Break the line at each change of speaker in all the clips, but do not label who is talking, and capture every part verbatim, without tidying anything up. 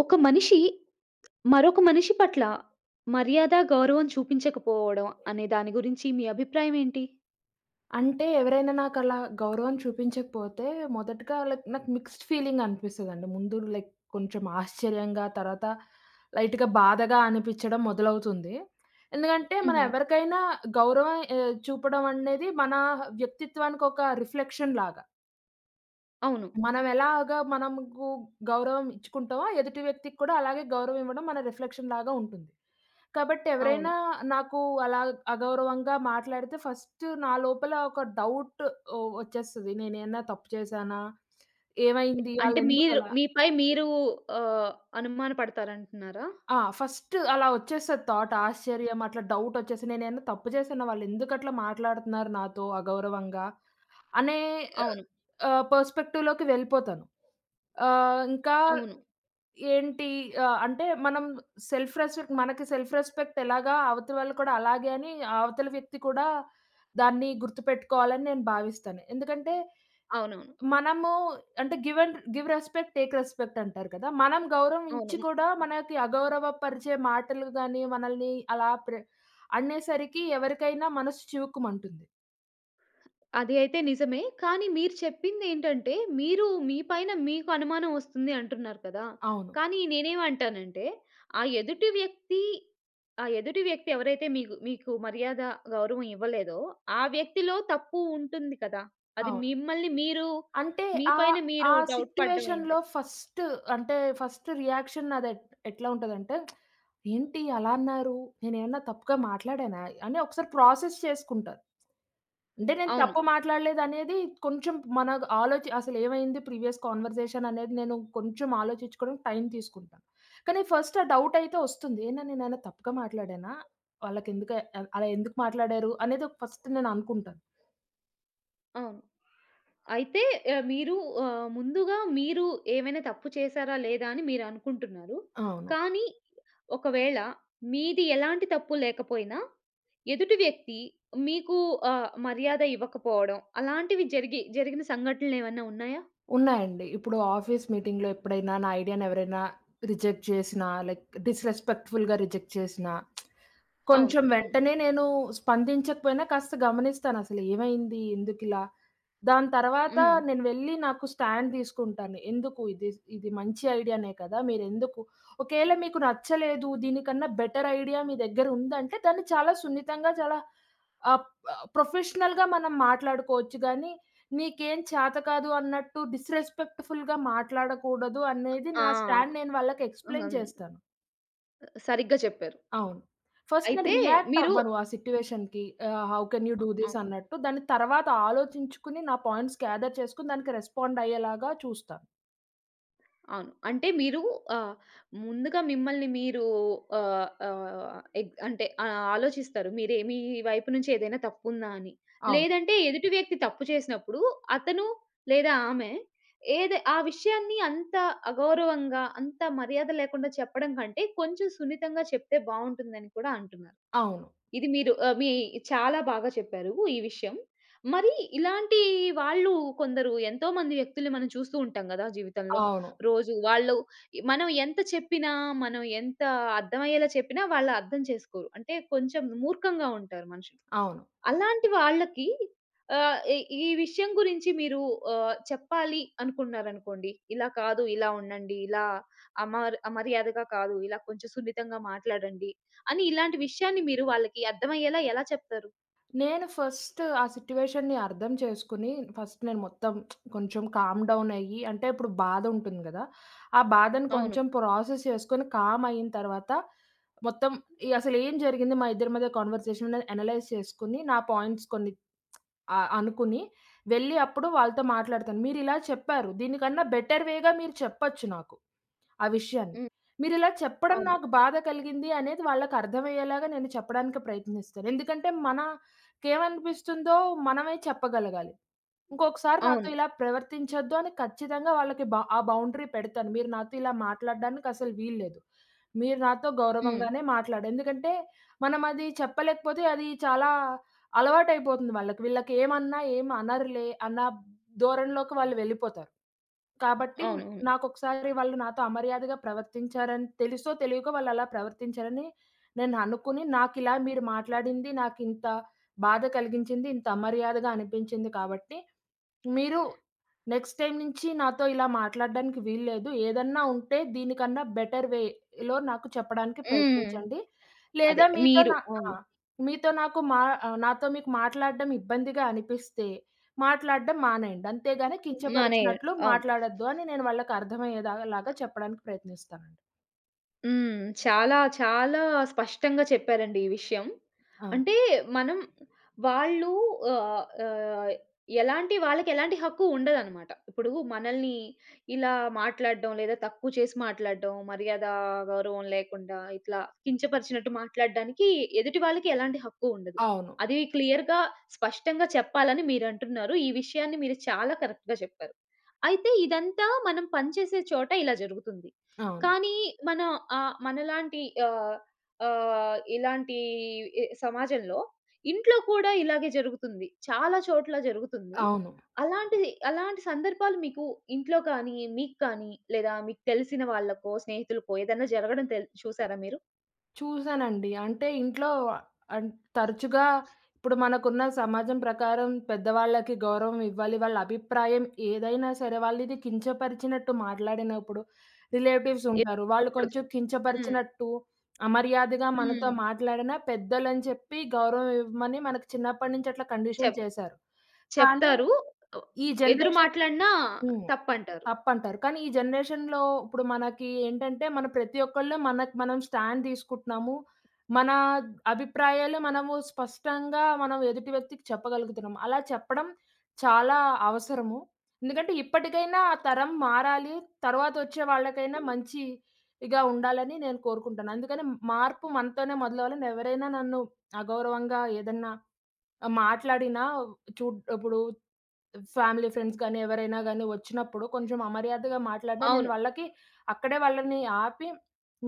ఒక మనిషి మరొక మనిషి పట్ల మర్యాద, గౌరవం చూపించకపోవడం అనే దాని గురించి మీ అభిప్రాయం ఏంటి?
అంటే ఎవరైనా నాకలా గౌరవం చూపించకపోతే మొదటగా లైక్ నాకు మిక్స్డ్ ఫీలింగ్ అనిపిస్తదండి. ముందు లైక్ కొంచెం ఆశ్చర్యంగా, తర్వాత లైట్‌గా బాధగా అనిపిచ్చడం మొదలవుతుంది. ఎందుకంటే మనం
హుహు.
ఎవరికైనా గౌరవం ఆహ్, చూపడం అనేది మన వ్యక్తిత్వానికి ఒక రిఫ్లెక్షన్ లాగా.
అవును.
మనం ఎలాగా మనకు గౌరవం ఇచ్చుకుంటామో ఎదుటి వ్యక్తికి కూడా అలాగే గౌరవం ఇవ్వడం మన రిఫ్లెక్షన్ లాగా ఉంటుంది. కాబట్టి
అవును.
ఎవరైనా నాకు అలా అగౌరవంగా మాట్లాడితే ఫస్ట్ నా లోపల ఒక డౌట్ ఓహ్! వచ్చేస్తది. నేనేమన్నా తప్పు చేశానా? ఏమైంది?
అంటే మీరు
ఆళ్ళెందుకలా
మీపై మీరు ఆహ్, అనుమాన పడతారంటున్నారా?
ఆ! ఫస్ట్ అలా వచ్చేస్తది థాట్ ఆశ్చర్యం అట్లా డౌట్ వచ్చేసి నేనేమన్నా తప్పు చేశానా? వాళ్ళెందుకట్లా మాట్లాడుతున్నారు నాతో అగౌరవంగా? అనే ఆహ్,
అవును.
ఆహ్, పర్స్‌పెక్టివ్‌లోకి వెళ్ళిపోతాను. ఆహ్, ఇంకా
అవును.
ఏంటి ఆహ్, అంటే మనం సెల్ఫ్ రెస్పెక్ట్ మనకి సెల్ఫ్ రెస్పెక్ట్ ఎలాగా అవతల వాళ్ళు కూడా అలాగే అని అవతల వ్యక్తి కూడా దాన్ని గుర్తుపెట్టుకోవాలని నేను భావిస్తాను. ఎందుకంటే
అవునవును.
మనము అంటే give and give respect, take respect అంటారు కదా! మనం గౌరవం ఇచ్చి
అవును.
కూడా మనకి అగౌరవపరిచే మాటలు గాని, మనల్ని అలా ప్ర అనేసరికి ఎవరికైనా మనసు చివుక్కుమంటుంది.
అది అయితే నిజమే. కానీ మీరు చెప్పిందేంటంటే, మీరు మీ పైన మీకు అనుమానం వస్తుంది అంటున్నారు కదా!
అవును.
కానీ నేనేమంటానంటే, ఆ ఎదుటి వ్యక్తి ఆ ఎదుటి వ్యక్తి ఎవరైతే మీకు మీకు మర్యాద, గౌరవం ఇవ్వలేదో, ఆ వ్యక్తిలో తప్పు ఉంటుంది కదా! అది
అవును.
మిమ్మల్ని మీరు
అంటే
మీ పైన
ఆహ్,
మీరు
ఆ
డౌట్ పడ్డం ఏంటి?
సిట్యుయేషన్‌లో ఫస్ట్ అంటే ఫస్ట్ రియాక్షన్ నాది ఎట్ ఎట్లా ఉంటదంటే, ఏంటి అలా అన్నారు? నేనేమన్నా తప్పుగా మాట్లాడానా? అని ఒకసారి ప్రాసెస్ చేసుకుంటా. అంటే నేను
అవును.
తప్పు మాట్లాడలేదనేది కొంచెం మన ఆలోచి అసలేమైంది ప్రీవియస్ కన్వర్జేషన్ అనేది నేను కొంచెం ఆలోచించుకోవడానికి టైం తీసుకుంటాను. కానీ ఫస్ట్ ఆ డౌట్ అయితే వస్తుంది. ఏనా నేనేమైనా తప్పుగా మాట్లాడానా? వాళ్ళకెందుకు ఆహ్, అలా ఎందుకు మాట్లాడారు? అనేది ఫస్ట్ నేను అనుకుంటాను.
అవును. అయితే ఆహ్, మీరు ఆహ్, ముందుగా మీరు ఏమైనా తప్పు చేశారా? లేదా? అని మీరనుకుంటున్నారు.
అవును.
కానీ ఒకవేళ మీది ఎలాంటి తప్పు లేకపోయినా, ఎదుటి వ్యక్తి మీకు ఆహ్, మర్యాద ఇవ్వకపోవడం అలాంటివి జరిగి జరిగిన సంఘటనలేమన్నా ఉన్నాయా?
ఉన్నాయండి. ఇప్పుడు ఆఫీస్ మీటింగ్‌లో ఎప్పుడైనా నా ఐడియా‌ని ఎవరైనా రిజెక్ట్ చేసినా, లైక్ డిస్‌రెస్పెక్ట్‌ఫుల్‌గా రిజెక్ట్ చేసినా
అవును.
కొంచెం
అవును.
వెంటనే నేను స్పందించకపోయినా కాస్త గమనిస్తానసలు ఏమైంది? ఎందుకిలా? దాని తర్వాత
హ్మ్.
నేను వెళ్ళి నాకు స్టాండ్ తీసుకుంటాను. ఎందుకు ఇది ఇది మంచి ఐడియానే కదా! మీరెందుకు ఒకేళ మీకు నచ్చలేదు, దీనికన్నా బెటర్ ఐడియా మీ దగ్గర ఉందంటే దాన్ని చాలా సున్నితంగా చాలా ఆహ్, ఆహ్, ప్రొఫెషనల్‌గా మనం మాట్లాడుకోవచ్చు గానీ, నీకేం చేత కాదు అన్నట్టు డిస్‌రెస్పెక్ట్‌ఫుల్‌గా మాట్లాడకూడదు అనేది
ఆ!
నా స్టాండ్ నేను వాళ్ళకి ఎక్స్‌ప్లెయిన్
హ్మ్.
చేస్తాను.
సరిగ్గా చెప్పారు.
అవును. ఫస్ట్ నేను
అయితే
రియాక్ట్
మీరు
అవ్వను ఆ సిట్యుయేషన్‌కి. ఆహ్, how can you do
uh!
This అన్నట్టు. దాని తర్వాత ఆలోచించుకుని నా పాయింట్స్ గ్యాదర్ చేసుకొని దానికి రెస్పాండ్ అయ్యేలాగా చూస్తాను.
అవును. అంటే మీరు ఆహ్, ముందుగా మిమ్మల్ని మీరు ఆహ్, ఆహ్, ఎగ్ అంటే ఆహ్, ఆలోచిస్తారు. మీరే మీ వైపు నుంచి ఏదైనా తప్పుందా అని.
అవును.
లేదంటే ఎదుటి వ్యక్తి తప్పు చేసినప్పుడు అతను లేదా ఆమె ఏది ఆ విషయాన్ని అంత అగౌరవంగా, అంత మర్యాద లేకుండా చెప్పడం కంటే కొంచెం సున్నితంగా చెప్తే బావుంటుందని కూడా అంటున్నారు.
అవును.
ఇది మీరు ఆహ్, మీ చాలా బాగా చెప్పారు ఈ విషయం. మరి ఇలాంటి వాళ్ళు కొందరు ఎంతోమంది వ్యక్తుల్ని మనం చూస్తూ ఉంటాం గదా! జీవితంలో.
అవును.
రోజు వాళ్ళు మనం ఎంత చెప్పినా, మనం ఎంత అర్థమయ్యేలా చెప్పినా వాళ్ళు అర్థం చేసుకోరు. అంటే కొంచెం మూర్ఖంగా ఉంటారు మనుషులు.
అవును.
అలాంటి వాళ్ళకి ఆహ్, ఈ ఈ విషయం గురించి మీరు ఆహ్, చెప్పాలి అనుకున్నారనుకోండి. ఇలా కాదు, ఇలా ఉండండి, ఇలా అమర్ అమర్యాదగా కాదు, ఇలా కొంచెం సున్నితంగా మాట్లాడండి అని ఇలాంటి విషయాన్ని మీరు వాళ్ళకి అర్థమయ్యేలా ఎలా చెప్తారు?
నేను ఫస్ట్ ఆ సిట్యుయేషన్‌ని అర్థం చేసుకొని ఫస్ట్ నేను మొత్తం కొంచెం కామ్ డౌన్ అయ్యి అంటే ఇప్పుడు బాధ ఉంటుంది గదా! ఆ బాధను
అవును.
కొంచెం ప్రాసెస్ చేసుకొని కామ్ అయిన తర్వాత మొత్తం ఈ అసలు ఏం జరిగింది మా ఇద్దరి మధ్య కన్వర్జేషన్ అనేది అనలైజ్ చేసుకొని నా పాయింట్స్ కొన్ని ఆ! అనుకుని వెళ్లి అప్పుడు వాళ్ళతో మాట్లాడతాను. మీరిలా చెప్పారు. దీనికన్నా బెటర్ వే‌గా మీరు చెప్పొచ్చు నాకు ఆ విషయాన్ని.
హ్మ్.
మీరిలా చెప్పడం
అవును.
నాకు బాధ కలిగింది అనేది వాళ్ళకర్థమయ్యేలాగా నేను చెప్పడానికి ప్రయత్నిస్తాను. ఎందుకంటే మనకేమనిపిస్తుందో మనమే చెప్పగలగాలి. ఇంకొకసారి నాతో
అవును.
ఇలా ప్రవర్తించొద్దు అని ఖచ్చితంగా వాళ్ళకి బ ఆ బౌండరీ పెడతాను. మీరు నాతో ఇలా మాట్లాడడానికి అసలు వీల్లేదు. మీరు నాతో
హ్మ్.
గౌరవంగానే మాట్లాడండి. ఎందుకంటే మనం అది చెప్పలేకపోతే అది చాలా అలవాటైపోతుంది వాళ్ళకి. వీళ్ళకి ఏమన్నా ఏం అనరులే అన్న ధోరణిలోకి వాళ్ళు వెళ్ళిపోతారు. కాబట్టి
అవును. హ్మ్.
నాకొకసారి వాళ్ళు నాతో అమర్యాదగా ప్రవర్తించారని తెలుసో తెలియకో వాళ్ళు అలా ప్రవర్తించారని నేను అనుకుని నాకిలా మీరు మాట్లాడింది నాకింత బాధ కలిగించింది, ఇంత అమర్యాదగా అనిపించింది కాబట్టి మీరు నెక్స్ట్ టైమ్ నుంచి నాతో ఇలా మాట్లాడడానికి వీల్లేదు. ఏదన్నా ఉంటే దీనికన్నా బెటర్ వేలో నాకు చెప్పడానికి
హ్మ్.
ప్రయత్నించండి.
అదే
లేదా మీతో
మీరు.
నా ఆ!
అవును.
మీతో నాకు మా ఆహ్, నాతో మీకు మాట్లాడడం ఇబ్బందిగా అనిపిస్తే మాట్లాడడం మానేయండి. అంతేగాని
మానేయాలి.
కించపరిచినట్లు
అవును.
మాట్లాడొద్దు అని నేను వాళ్ళకి అర్థమయ్యేదా లాగా చెప్పడానికి ప్రయత్నిస్తానండి.
హ్మ్. చాలా, చాలా స్పష్టంగా చెప్పారండి ఈ విషయం.
అవును.
అంటే మనం వాళ్ళు ఆహ్, ఆహ్, ఎలాంటి వాళ్ళకెలాంటి హక్కు ఉండదనమాట. ఇప్పుడు మనల్ని ఇలా మాట్లాడడం, లేదా తక్కువ చేసి మాట్లాడడం, మర్యాద, గౌరవం లేకుండా ఇట్లా కించపరిచినట్టు మాట్లాడడానికి ఎదుటి వాళ్ళకి ఎలాంటి హక్కు ఉండదు.
అవును.
అది క్లియర్‌గా, స్పష్టంగా చెప్పాలని మీరంటున్నారు. ఈ విషయాన్ని మీరు చాలా కరెక్ట్‌గా చెప్పారు. అయితే ఇదంతా మనం పనిచేసే చోట ఇలా జరుగుతుంది.
అవును.
కానీ మన ఆహ్, మనలాంటి ఆహ్, ఆహ్, ఇలాంటి ఎ సమాజంలో ఇంట్లో కూడా ఇలాగే జరుగుతుంది. చాలా చోట్ల జరుగుతుంది.
అవును.
అలాంటిది అలాంటి సందర్భాలు మీకు ఇంట్లో కానీ, మీకు కానీ లేదా మీకు తెలిసిన వాళ్ళకో, స్నేహితులకో ఏదన్నా జరగడం తెల్ చూసారా మీరు?
చూసానండి. అంటే ఇంట్లో అన్ తరచుగా ఇప్పుడు మనకున్న సమాజం ప్రకారం పెద్దవాళ్ళకి గౌరవం ఇవ్వాలి. వాళ్ళ అభిప్రాయం ఏదైనా సరే వాళ్ళది కించపరిచినట్టు మాట్లాడినప్పుడు రిలేటివ్స్
ఎదురు
ఉంటారు. వాళ్ళు
చెప్పకూడదు.
కొంచెం
హ్మ్.
కించపరిచినట్టు, అమర్యాదగా మనతో
హ్మ్.
మాట్లాడినా పెద్దలని చెప్పి గౌరవం ఇవ్వమని మనకు చిన్నప్పటి నుంచి అట్లా కండిషన్
చెప్
చేశారు. కానీ
చెప్తారు. ఒ
ఈ
ఎదురు
జనరేషన్
మాట్లాడినా
హ్మ్.
తప్పంటారు.
అప్ అంటారు. కానీ ఈ జనరేషన్‌లో ఇప్పుడు మనకి ఏంటంటే, మన ప్రతి ఒక్కళ్ళు మనకు మనం స్టాండ్ తీసుకుంటున్నాము. మన అభిప్రాయాలు మనము స్పష్టంగా మనం ఎదుటి వ్యక్తికి చెప్పగలుగుతున్నాం. అలా చెప్పడం చాలా అవసరము. ఎందుకంటే ఇప్పటికైనా ఆ తరం మారాలి. తర్వాత వచ్చే వాళ్ళకైనా మంచి ఇగా ఉండాలని నేను కోరుకుంటాను. అందుకని మార్పు మనతోనే మొదలవ్వాలని ఎవరైనా నన్ను అగౌరవంగా ఏదన్నా మాట్లాడినా చూడ్ ఇప్పుడు ఫ్యామిలీ, ఫ్రెండ్స్ గానీ, ఎవరైనా గానీ వచ్చినప్పుడు కొంచెం అమర్యాదగా మాట్లాడినా నేను
అవును.
వాళ్ళకి అక్కడే వాళ్ళని ఆపి,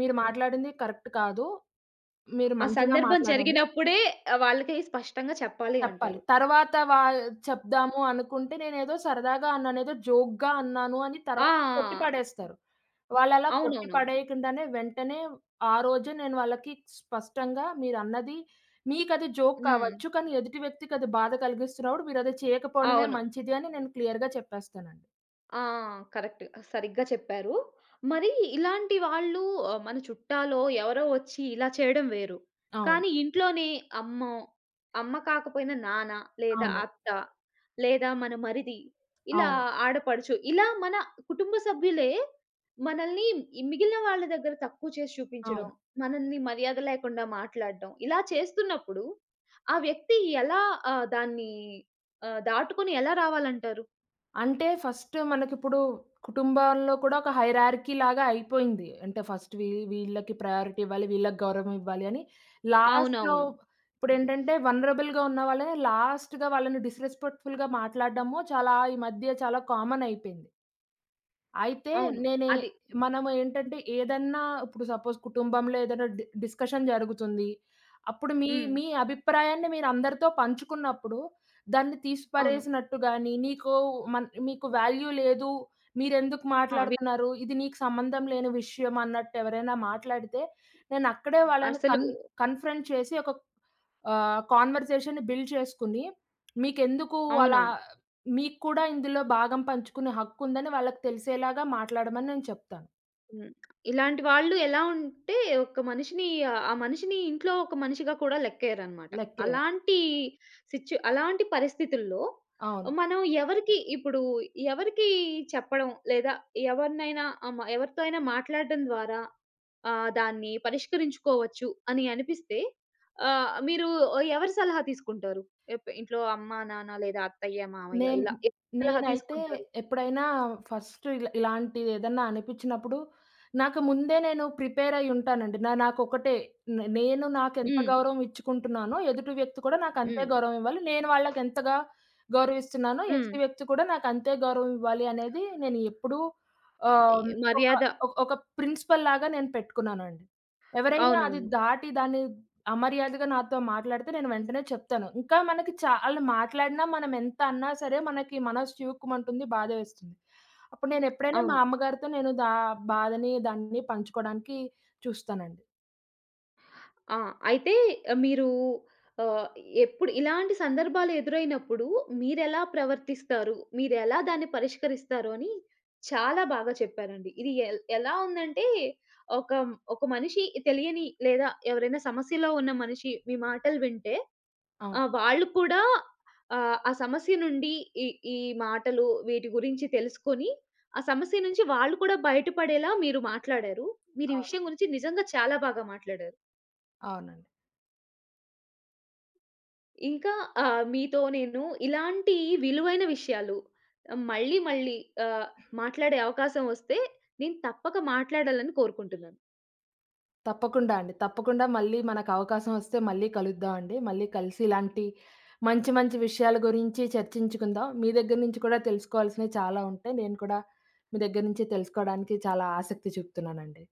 మీరు మాట్లాడింది కరెక్ట్ కాదు. మీరు
ఆ
మంచిగా
సందర్భం
మాట్లాడండి
జరిగినప్పుడే ఆహ్, వాళ్ళకి స్పష్టంగా చెప్పాలి
చెప్పాలి.
అంటారు.
తర్వాత వా చెప్దాము అనుకుంటే నేనేదో సరదాగా అన్నాను, ఏదో జోక్‌గా అన్నాను అని
ఆ!
తర్వాత కొట్టి పడేస్తారు. వాళ్ళలా కొట్టి
అవునవునవును.
పడేయకుండానే వెంటనే ఆ రోజే నేను వాళ్ళకి స్పష్టంగా మీరన్నది మీకది జోక్
హ్మ్.
కావచ్చు. కానీ ఎదుటి వ్యక్తికది బాధ కలిగిస్తున్నప్పుడు మీరది చేయకపోవడమే
అవును.
మంచిది అని నేను క్లియర్‌గా చెప్పేస్తానండి.
ఆ! కరెక్ట్. సరిగ్గా చెప్పారు. మరి ఇలాంటి వాళ్ళు ఆహ్, మన చుట్టాలో ఎవరో వచ్చి ఇలా చేయడం వేరు.
అవును.
కానీ ఇంట్లోనే అమ్మో, అమ్మ కాకపోయినా నాన్న లేదా
అవును.
అత్త, లేదా మన మరిది, ఇలా
అవును.
ఆడపడుచు ఇలా మన కుటుంబ సభ్యులే మనల్ని ఈ మిగిలిన వాళ్ళ దగ్గర తక్కువ చేసి చూపించడం,
అవును.
మనల్ని మర్యాద లేకుండా మాట్లాడడం ఇలా చేస్తున్నప్పుడు ఆ వ్యక్తి ఎలా ఆహ్, దాన్ని ఆహ్, దాటుకొని ఎలా రావాలంటారు?
అంటే ఫస్ట్ మనకిప్పుడు కుటుంబాల్లో కూడా ఒక హైరార్కీ లాగా అయిపోయింది. అంటే ఫస్ట్ వీ వీళ్ళకి ప్రయారిటీ ఇవ్వాలి, వీళ్ళకి గౌరవం ఇవ్వాలి అని. లాస్ట్‌లో
అవునవునవును.
ఇప్పుడేంటంటే వల్నరబుల్‌గా ఉన్న వాళ్ళని లాస్ట్‌గా వాళ్ళని డిస్‌రెస్పెక్ట్‌ఫుల్‌గా మాట్లాడడము చాలా ఈ మధ్య చాలా కామన్ అయిపోయింది. అయితే
అవును.
నేనే
అది.
మనము ఏంటంటే ఏదన్నా ఇప్పుడు సపోజ్ కుటుంబంలో ఏదైనా డి డిస్కషన్ జరుగుతుంది. అప్పుడు మీ
హ్మ్.
మీ అభిప్రాయాన్ని మీరందరితో పంచుకున్నప్పుడు, దాన్ని
అవును.
తీసిపారేసినట్టు గాని, నీకు మన్ మీకు వాల్యూ లేదు, మీరెందుకు
ఆ! వి
మాట్లాడుతున్నారు, ఇది నీకు సంబంధం లేని విషయం అన్నట్టు ఎవరైనా మాట్లాడితే, నేనక్కడే వాళ్ళని
అసలు
కన్ కన్ఫ్రంట్ చేసి ఒక ఆహ్, కాన్వర్సేషన్‌ని బిల్డ్ చేసుకొని, మీకెందుకు అలా
అవునవును.
మీకు కూడా ఇందులో భాగం పంచుకునే హక్కుందని వాళ్ళకి తెలిసేలాగా మాట్లాడమని నేను చెప్తాను.
హ్మ్. ఇలాంటి వాళ్ళు ఎలా ఉంటే ఒక మనిషిని ఆ మనిషిని ఇంట్లో ఒక మనిషిగా కూడా లెక్కేయరనమాట.
లెక్కేయాలి.
అలాంటి సిచ్యు అలాంటి పరిస్థితుల్లో
అవును.
మనం ఎవరికి ఇప్పుడు ఎవరికి చెప్పడం లేదా ఎవరినైనా ఆహ్, మ ఎవరితో అయినా మాట్లాడడం ద్వారా ఆహ్, దాన్ని పరిష్కరించుకోవచ్చు అని అనిపిస్తే ఆహ్, మీరు ఎవరి సలహా తీసుకుంటారు? ఎప్ ఇంట్లో అమ్మ, నాన్న లేదా అత్తయ్య, మామయ్య
నేను
ఇలా ఎవరి సలహా
నేనైతే
తీసుకుంటారు?
ఎప్పుడైనా ఫస్ట్ ఇలా ఇలాంటిదేదన్నా అనిపిచ్చినప్పుడు, నాకు ముందే నేను ప్రిపేర్ అయ్యి ఉంటానండి. నా నాకొకటే నే నేను నాకెంత
హ్మ్.
గౌరవం ఇచ్చుకుంటున్నానో, ఎదుటి వ్యక్తి కూడా నాకంతే
హ్మ్.
గౌరవం ఇవ్వాలి. నేను వాళ్ళకెంతగా గౌరవిస్తున్నానో,
హ్మ్.
ఎదుటి వ్యక్తి కూడా నాకంతే గౌరవం ఇవ్వాలి అనేది నేను ఎప్పుడూ ఆహ్, ఒక
మర్యాద
ఒక ప్రిన్సిపల్ లాగా నేను పెట్టుకున్నానండి. ఎవరైనా అది
అవునవును.
దాటి దాన్ని అమర్యాదగా నాతో మాట్లాడితే నేను వెంటనే చెప్తాను. ఇంకా మనకి చాలా మాట్లాడినా మనం ఎంత అన్నా సరే మనకి మనసు చివుక్కుమంటుంది. బాధేస్తుంది. అప్పుడు నేనెప్పుడైనా మా
అవును.
అమ్మగారితో నేను దా బాధని దాన్ని పంచుకోవడానికి చూస్తానండి.
ఆ! అయితే ఆహ్, మీరు ఆహ్, ఎప్పుడు ఇలాంటి సందర్భాలు ఎదురైనప్పుడు మీరెలా ప్రవర్తిస్తారు? మీరెలా దాన్ని పరిష్కరిస్తారు అని చాలా బాగా చెప్పారండి. ఇది ఎల్ ఎలా ఉందంటే ఒక ఒక మనిషి తెలియని లేదా ఎవరైనా సమస్యలో ఉన్న మనిషి మీ మాటలు వింటే
అవును.
ఆహ్, వాళ్ళు కూడా ఆహ్, ఆ సమస్య నుండి ఈ ఈ మాటలు వీటి గురించి తెలుసుకొని ఆ సమస్య నుంచి వాళ్ళు కూడా బయటపడేలా మీరు మాట్లాడారు. మీరు ఈ
అవును.
విషయం గురించి నిజంగా చాలా బాగా మాట్లాడారు.
అవునండి.
ఇంకా ఆహ్, మీతో నేను ఇలాంటి విలువైన విషయాలు ఆ, మళ్ళీ మళ్ళీ ఆహ్, మాట్లాడే అవకాశం వస్తే నేను తప్పక మాట్లాడాలని కోరుకుంటున్నాను.
తప్పకుండా అండి. తప్పకుండా మళ్ళీ మనకు అవకాశం వస్తే మళ్ళీ కలుద్దాం అండి. మళ్ళీ కలిసి ఇలాంటి మంచి మంచి విషయాల గురించి చర్చించుకుందాం. మీ దగ్గర నుంచి కూడా తెలుసుకోవాల్సినవి చాలా ఉంటాయి. నేను కూడా మీ దగ్గర నుంచి తెలుసుకోవడానికి చాలా ఆసక్తి చూపుతున్నానండి.